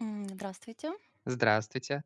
Здравствуйте. Здравствуйте.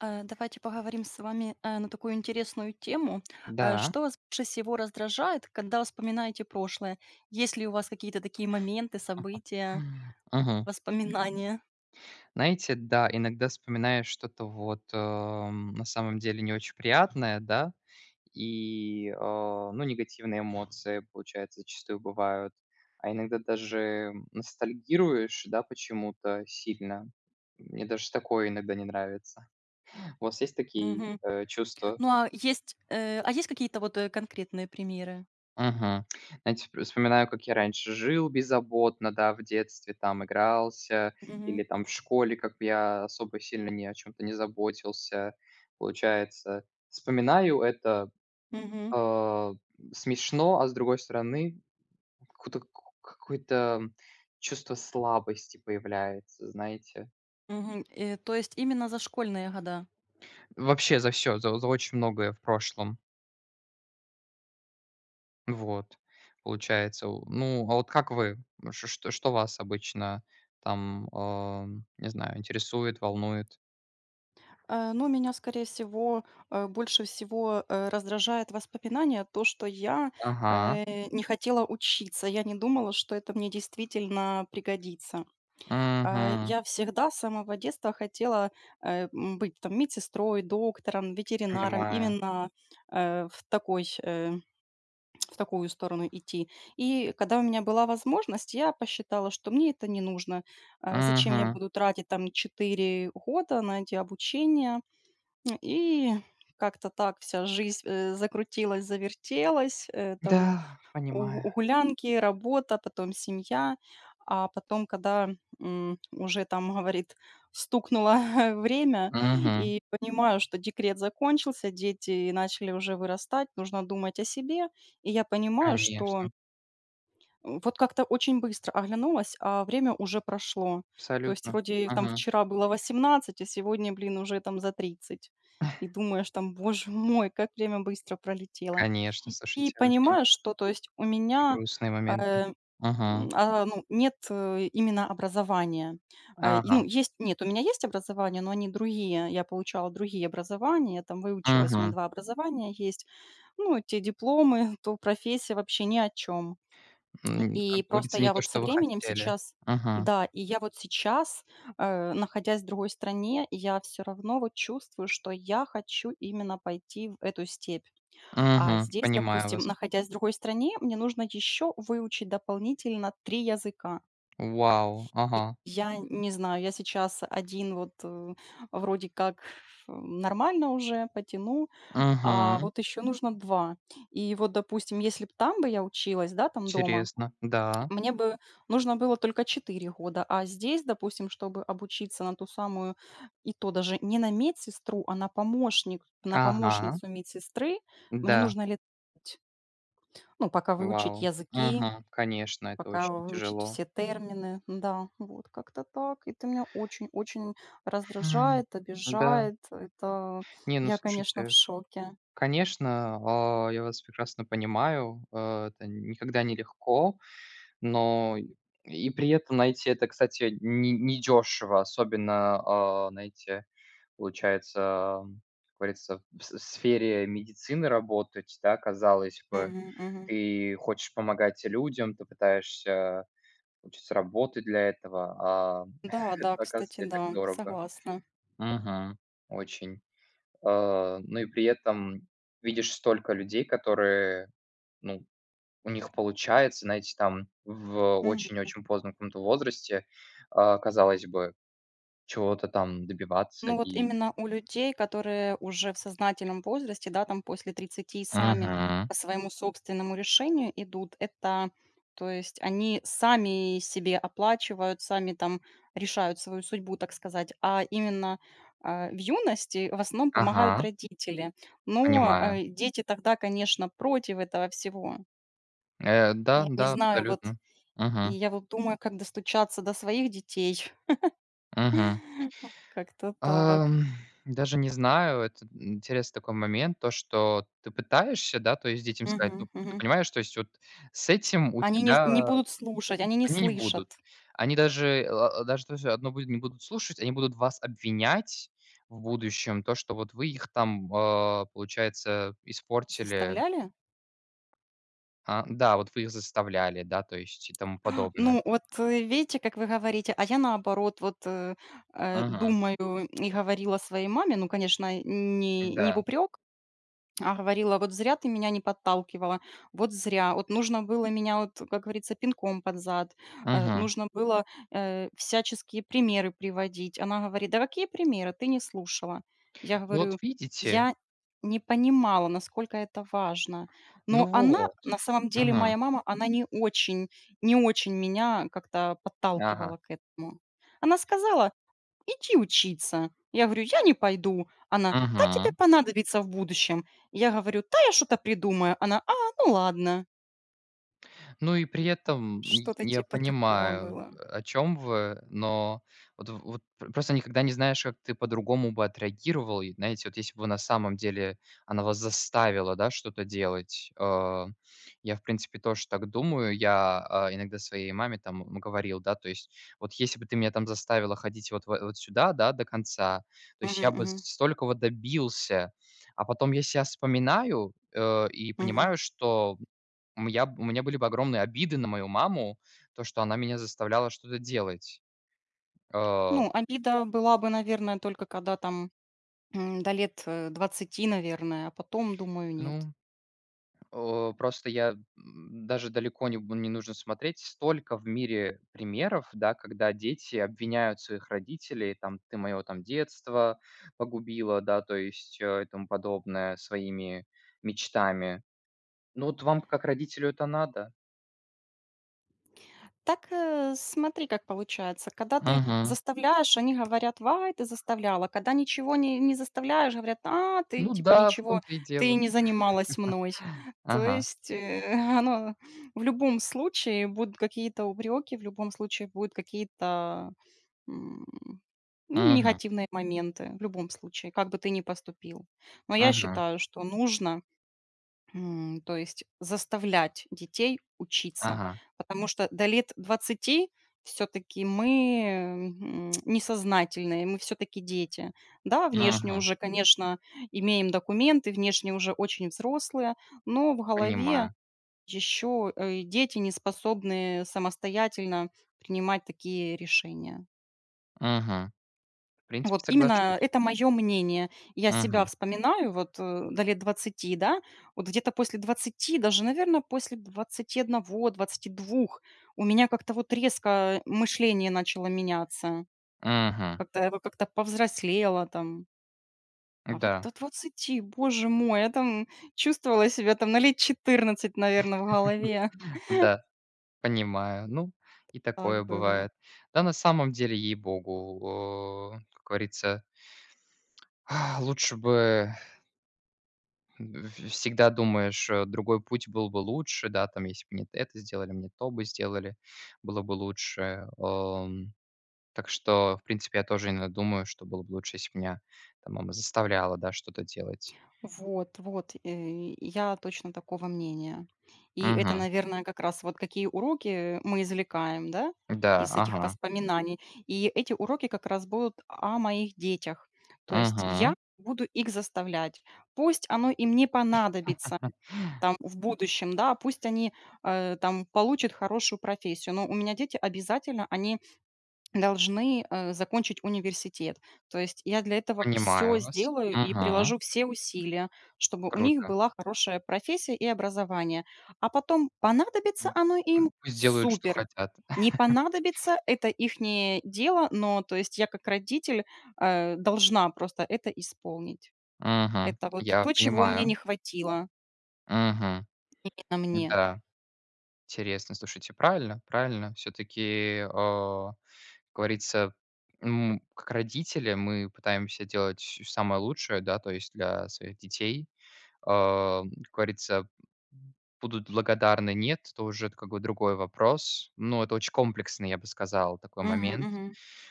Давайте поговорим с вами на такую интересную тему. Да. Что вас больше всего раздражает, когда вспоминаете прошлое? Есть ли у вас какие-то такие моменты, события, Мгм. воспоминания? Знаете, да, иногда вспоминаешь что-то вот, на самом деле не очень приятное, да, и, ну, негативные эмоции, получается, зачастую бывают. А иногда даже ностальгируешь, да, почему-то сильно. Мне даже такое иногда не нравится. У вас есть такие, Мгм. Чувства? Ну а есть какие-то вот конкретные примеры? Мгм. Знаете, вспоминаю, как я раньше жил беззаботно, да, в детстве, там игрался, Мгм. или там в школе, как бы я особо сильно ни о чем то не заботился, получается. Вспоминаю это, Мгм. а, смешно, а с другой стороны, какую-то какое-то чувство слабости появляется, знаете. Мгм. То есть именно за школьные года? Вообще за все за очень многое в прошлом. Вот, получается. У ну, а вот как вы? Ш что что вас обычно там, не знаю, интересует, волнует? Ну, меня, скорее всего, больше всего, раздражает воспоминание, то, что я, Ага. э, не хотела учиться. Я не думала, что это мне действительно пригодится. Мгм. Я всегда с самого детства хотела быть там медсестрой, доктором, ветеринаром, Понимаю. именно, э, в такой, э, в такую сторону идти. И когда у меня была возможность, я посчитала, что мне это не нужно. Зачем я Мгм. буду тратить там 4 года на эти обучения? И как-то так вся жизнь, закрутилась, завертелась, там Да, у понимаю. у гулянки, работа, потом семья. А потом, когда, уже там, говорит, стукнуло время, Мгм. и понимаю, что декрет закончился, дети начали уже вырастать, нужно думать о себе. И я понимаю, что Конечно. Вот как-то очень быстро оглянулась, а время уже прошло. То есть Абсолютно. вроде там Мгм. вчера было 18, а сегодня, блин, уже там за 30. И думаешь там: "Боже мой, как время быстро пролетело". Конечно, И слушайте, очень понимаешь, что, то есть, у меня, грустные моменты. э, Мгм. Ну, нет, именно образования. Ну, Ага. есть нет, у меня есть образование, но они другие. Я получала другие образования, я там выучилась, у меня Мгм. 2 образования есть. Ну, те дипломы, то профессия вообще ни о чем. М, И как просто говорится, не я то, вот со что вы временем хотели. сейчас, Мгм. да, и я вот сейчас, находясь в другой стране, я все равно вот чувствую, что я хочу именно пойти в эту степь. А Мгм. здесь, Понимаю допустим, вас. находясь в другой стране, мне нужно еще выучить дополнительно 3 языка. Вау. Ага. Я не знаю, я сейчас один вот, вроде как, нормально уже потяну, а Мгм. вот еще нужно 2. И вот, допустим, если бы там бы я училась, да, там дома Интересно. Да. мне бы нужно было только 4 года, а здесь, допустим, чтобы обучиться на ту самую, и то даже не на медсестру, а на помощник, на Ага. помощницу медсестры, мне Да. нужно лет 5. Ну, пока выучить Вау. языки, Ага, конечно, это пока очень выучить тяжело. все термины. Да, вот как-то так. Это меня очень-очень М. раздражает, Да. обижает. Это Не, ну я, конечно, в слушайте, шоке. конечно, я вас прекрасно понимаю. Это никогда не легко, но и при этом, найти это, кстати, не дешево, особенно, знаете, получается, как говорится, в сфере медицины работать, да, казалось бы. Мгм, мгм. Ты хочешь помогать людям, ты пытаешься учиться работать для этого, а Да, это, да, кстати, оказывается, и так да, дорого. согласна. Мгм. Очень. Ну и при этом видишь столько людей, которые, ну, у них получается, знаете, там в Мгм. очень-очень позднем каком-то возрасте, казалось бы, чего-то там добиваться Ну вот и именно у людей, которые уже в сознательном возрасте, да, там после 30 сами Мгм. по своему собственному решению идут, это, то есть они сами себе оплачивают, сами там решают свою судьбу, так сказать, а именно, в юности в основном Ага, помогают родители. Но понимаю. Дети тогда, конечно, против этого всего. Да, Я не да, знаю, вот, абсолютно. и Угу. я вот думаю, как достучаться до своих детей. Мгм. Как-то так. Ам, даже не знаю, это интересный такой момент, то, что ты пытаешься, да, то есть детям сказать, Мгм, ну, ты мгм. понимаешь, то есть вот с этим у Они не тебя будут слушать, они не они не будут. слышат. Они даже то есть одно будет не будут слушать, они будут вас обвинять в будущем, то, что вот вы их там, получается, испортили. Заставляли? А, да, вот вы их заставляли, да, то есть и тому подобное. Ну, вот, видите, как вы говорите, а я наоборот вот, Мгм. думаю и говорила своей маме, ну, конечно, не в Да. упрек, а говорила: "Вот зря ты меня не подталкивала, вот зря, вот нужно было меня, вот, как говорится, пинком под зад, Мгм. нужно было, всяческие примеры приводить". Она говорит: "Да какие примеры? Ты не слушала". Я Ну вот говорю: видите, "Я не понимала, насколько это важно". ну Но она, вот. на самом деле, моя Мгм. мама, она не очень меня как-то подталкивала Ага. к этому. Она сказала: "Иди учиться". Я говорю: "Я не пойду". Она: "Да тебе Мгм. понадобится в будущем". Я говорю: "Да я что-то придумаю". Она: "А, ну ладно". Ну и при этом й Что-то я типа такого понимаю, было. о чем вы, но вот в вот п просто никогда не знаешь, как ты по-другому бы отреагировал. И знаете, вот если бы на самом деле она вас заставила, да, что-то делать. Я, в принципе, тоже так думаю. Я, иногда своей маме там говорил, да, то есть: "Вот если бы ты меня там заставила ходить вот в вот сюда, да, до конца, то есть Мгм, я бы мгм, столько вот добился". А потом я себя вспоминаю, и мгм. понимаю, что М, я б у меня были бы огромные обиды на мою маму, то, что она меня заставляла что-то делать. Э, Ну, обида была бы, наверное, только когда там, до лет, 20, наверное, а потом, думаю, нет. ну, просто даже далеко не нужно смотреть. Столько в мире примеров, да, когда дети обвиняют своих родителей, там: "Ты моё там детство погубила", да, то есть, и тому подобное, своими мечтами. Ну, вот вам как родителю это надо? Так, смотри, как получается. Когда ты Мгм. заставляешь, они говорят: "Вай, ты заставляла". Когда ничего не заставляешь, говорят: "А, ты Ну типа да, в ничего, том-то и ты дело. не занималась мной". То Ага. есть, оно в любом случае будут какие-то упреки, в любом случае будут какие-то, м, ну, Мгм. негативные моменты, в любом случае, как бы ты ни поступил. Но я Мгм. считаю, что нужно, то есть, заставлять детей учиться, Ага. потому что до лет 20 все-таки мы несознательные, мы все-таки дети. Да, внешне Мгм. уже, мгм, конечно, имеем документы, внешне уже очень взрослые, но в голове Понимаю. еще дети не способны самостоятельно принимать такие решения. Мгм. В принципе, Вот именно соглашусь. это мое мнение. Я себя Мгм. вспоминаю вот, до лет 20, да, вот где-то после 20, даже, наверное, после 21, 22, у меня как-то вот резко мышление начало меняться. Мгм. Как-то я вот как-то повзрослела там. А вот до Да, 20, боже мой, я там чувствовала себя там на лет 14, наверное, в голове. да, понимаю. Ну, и Так такое было. бывает. Да, на самом деле, ей-богу, как говорится, лучше бы в всегда думаешь, другой путь был бы лучше, да, там, если бы мне это сделали, мне то бы сделали, было бы лучше. Так что, в принципе, я тоже иногда думаю, что было бы лучше, если б меня там мама заставляла, да, что-то делать. Вот, вот, я точно такого мнения. И это, Мгм. наверное, как раз вот какие уроки мы извлекаем, да, Да, из этих ага. воспоминаний. И эти уроки как раз будут о моих детях. То есть я Мгм. буду их заставлять. Пусть оно им не понадобится там в будущем, да, пусть они там получат хорошую профессию, но у меня дети обязательно, они должны, закончить университет. То есть я для этого все Понимаю вас. сделаю и Мгм. приложу все усилия, чтобы у них Круто. была хорошая профессия и образование. А потом понадобится М, оно им — пусть делают, что супер! хотят. Не понадобится — это ихнее дело, но, то есть, я как родитель, должна просто это исполнить. Мгм. Это вот Я то, чего мне не понимаю. хватило Мгм. на мне. Да, интересно. Слушайте, правильно, правильно. Все таки, как говорится, как родители мы пытаемся делать всё самое лучшее, да, то есть для своих детей. А, как говорится, будут благодарны, нет, то уже это как бы другой вопрос. Ну, это очень комплексный, я бы сказал, такой Мгм, момент. мгм.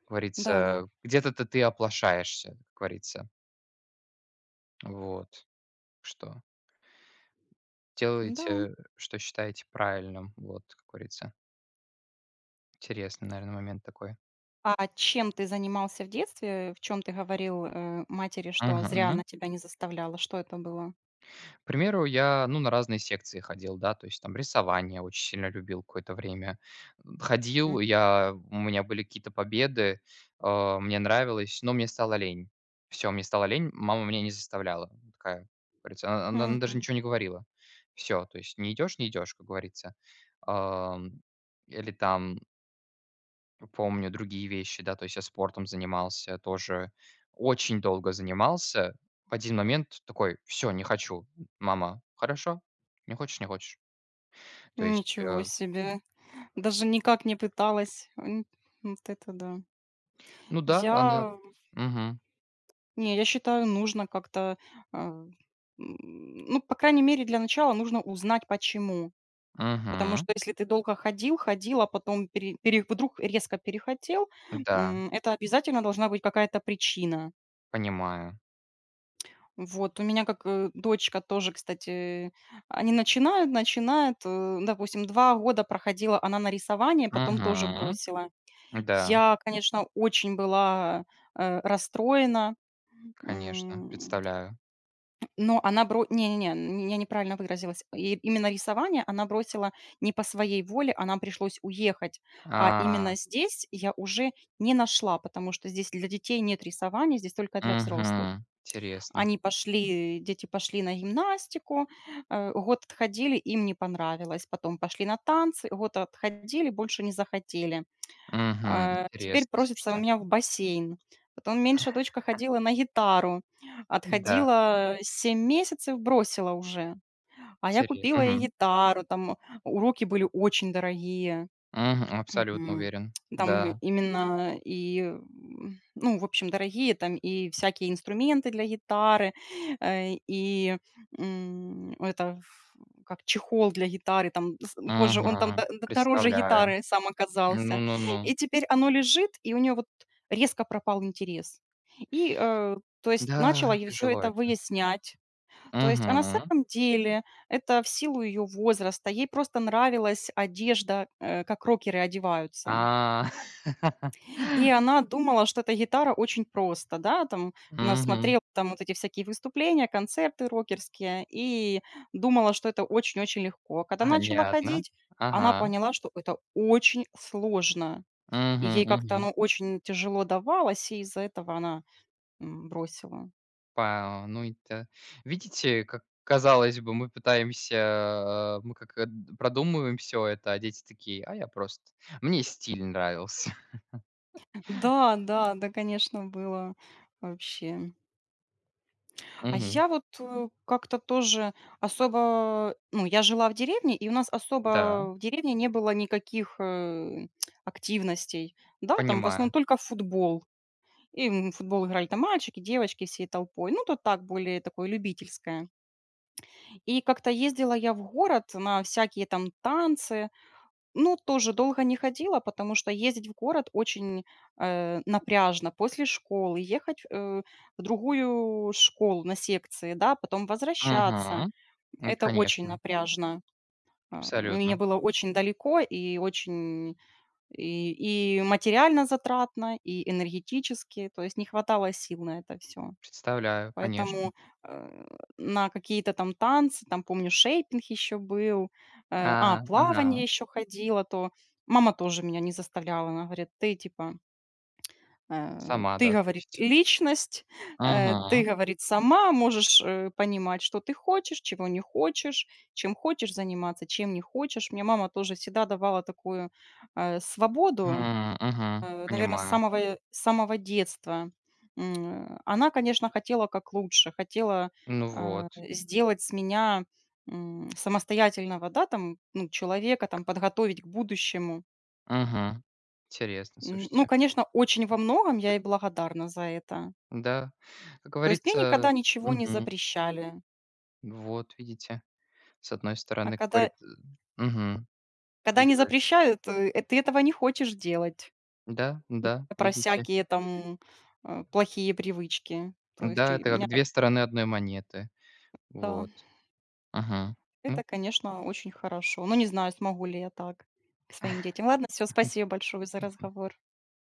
Как Да-да. говорится, где-то-то ты оплошаешься, как говорится. Вот. Что Да. Да. делаете, что считаете правильным. Вот, как говорится. Интересный, наверное, момент такой. А чем ты занимался в детстве? В чем ты говорил, матери, что Мгм, зря она мгм. тебя не заставляла? Что это было? К примеру, ну, на разные секции ходил, да, то есть там рисование очень сильно любил какое-то время. Ходил, у меня были какие-то победы, мне нравилось, но мне стало лень. Все, мне стало лень, мама меня не заставляла. Такая, как говорится, она даже Мгм. ничего не говорила. Все, то есть не идешь, не идешь, как говорится. Ам, или там Помню другие вещи, да, то есть я спортом занимался тоже, очень долго занимался. В один момент такой: "Все, не хочу". Мама: "Хорошо, не хочешь- не хочешь". То есть, Ничего э, себе. Даже никак не пыталась. Вот это да. ну да, она Я, Мгм, не, я считаю, нужно как-то, а, м, ну, по крайней мере, для начала нужно узнать, почему. Потому мгм, что если ты долго ходил, ходил, а потом вдруг резко перехотел, да, это обязательно должна быть какая-то причина. понимаю. Вот, у меня как, дочка тоже, кстати, они начинают, допустим, 2 года проходила она на рисование, потом тоже Мгм, бросила. да, Я, конечно, очень была, расстроена, конечно, м, представляю. но она бро не не не, я неправильно выразилась. И именно рисование она бросила не по своей воле, она пришлось уехать. А А, именно здесь я уже не нашла, потому что здесь для детей нет рисования, здесь только для взрослых. мгм, интересно. Они пошли, дети пошли на гимнастику, год отходили, им не понравилось. Потом пошли на танцы, год отходили, больше не захотели. Мгм, Теперь интересно, просится у слушайте. меня в бассейн. Потом меньшая дочка ходила на гитару, Да, отходила 7 месяцев, бросила уже. А я тере купила ей гитару, там уроки были очень дорогие. абсолютно Мгм. уверен. Там Да, ну, в общем, дорогие там и всякие инструменты для гитары, э, и, это ф как чехол для гитары, там, с боже, он там мгм, д д дороже представляю. гитары сам Ну оказался. ну И ну. теперь оно лежит, и у нее вот резко пропал интерес. И, то есть Да, начала я все тяжело это это. выяснять. То есть, на Мгм. самом деле это в силу ее возраста. Ей просто нравилась одежда, как рокеры одеваются. А. И она думала, что эта гитара очень просто, да, там. Она Мгм. смотрела там вот эти всякие выступления, концерты рокерские и думала, что это очень-очень легко. А когда начала Понятно. ходить, она Ага. поняла, что это очень сложно. И Мгм, ей как-то мгм. оно очень тяжело давалось, и из-за этого она, бросила. Па ну это видите, как казалось бы, мы пытаемся, э, мы как, э, д продумываем все это, а дети такие: "А я просто мне стиль нравился". Да, да, да, конечно, было вообще. А Мгм. я вот, как-то тоже особо, ну, я жила в деревне, и у нас Да, особо в деревне не было никаких, активностей. Да, там в основном понимаю. только футбол. И, в футбол играли там мальчики, девочки всей толпой. Ну, то так, более такое любительское. И как-то ездила я в город на всякие там танцы, ну, тоже долго не ходила, потому что ездить в город очень, напряжно. После школы ехать, в другую школу на секции, да, потом возвращаться. Мгм. Это очень Конечно, напряжно. Мне абсолютно. было очень далеко и очень и материально затратно, и энергетически. То есть не хватало сил на это все. Представляю, конечно. Поэтому, э, на какие-то там танцы, там, помню, шейпинг еще был, А, ага. плавание еще ходила, то мама тоже меня не заставляла. Она говорит: "Ты, типа, Сама, ты, да, то говорит, есть. личность, ты, Мгм. говорит, сама можешь, понимать, что ты хочешь, чего не хочешь, чем хочешь заниматься, чем не хочешь". Мне мама тоже всегда давала такую, свободу, Мгм. наверное, с Понимаю. самого э, с самого детства. Она, конечно, хотела как лучше, хотела, Ну вот. сделать с меня, самостоятельного, да, там, ну, человека, там, подготовить к будущему. Мгм. Интересно, Ну, слушайте. конечно, очень во многом я ей благодарна за это. Да, как То есть мне говорится. никогда ничего не Мгм. запрещали. Вот видите, с одной А стороны, как когда говорит мгм. когда не Выигрываешь. запрещают, ты этого не хочешь делать. Да, И да, про видите. всякие там, плохие привычки. То есть у Да, это меня как 2 стороны одной монеты. да. Вот. Мгм. Это, конечно, очень хорошо. Ну, не знаю, смогу ли я так к своим детям. Ладно, все, спасибо большое за разговор.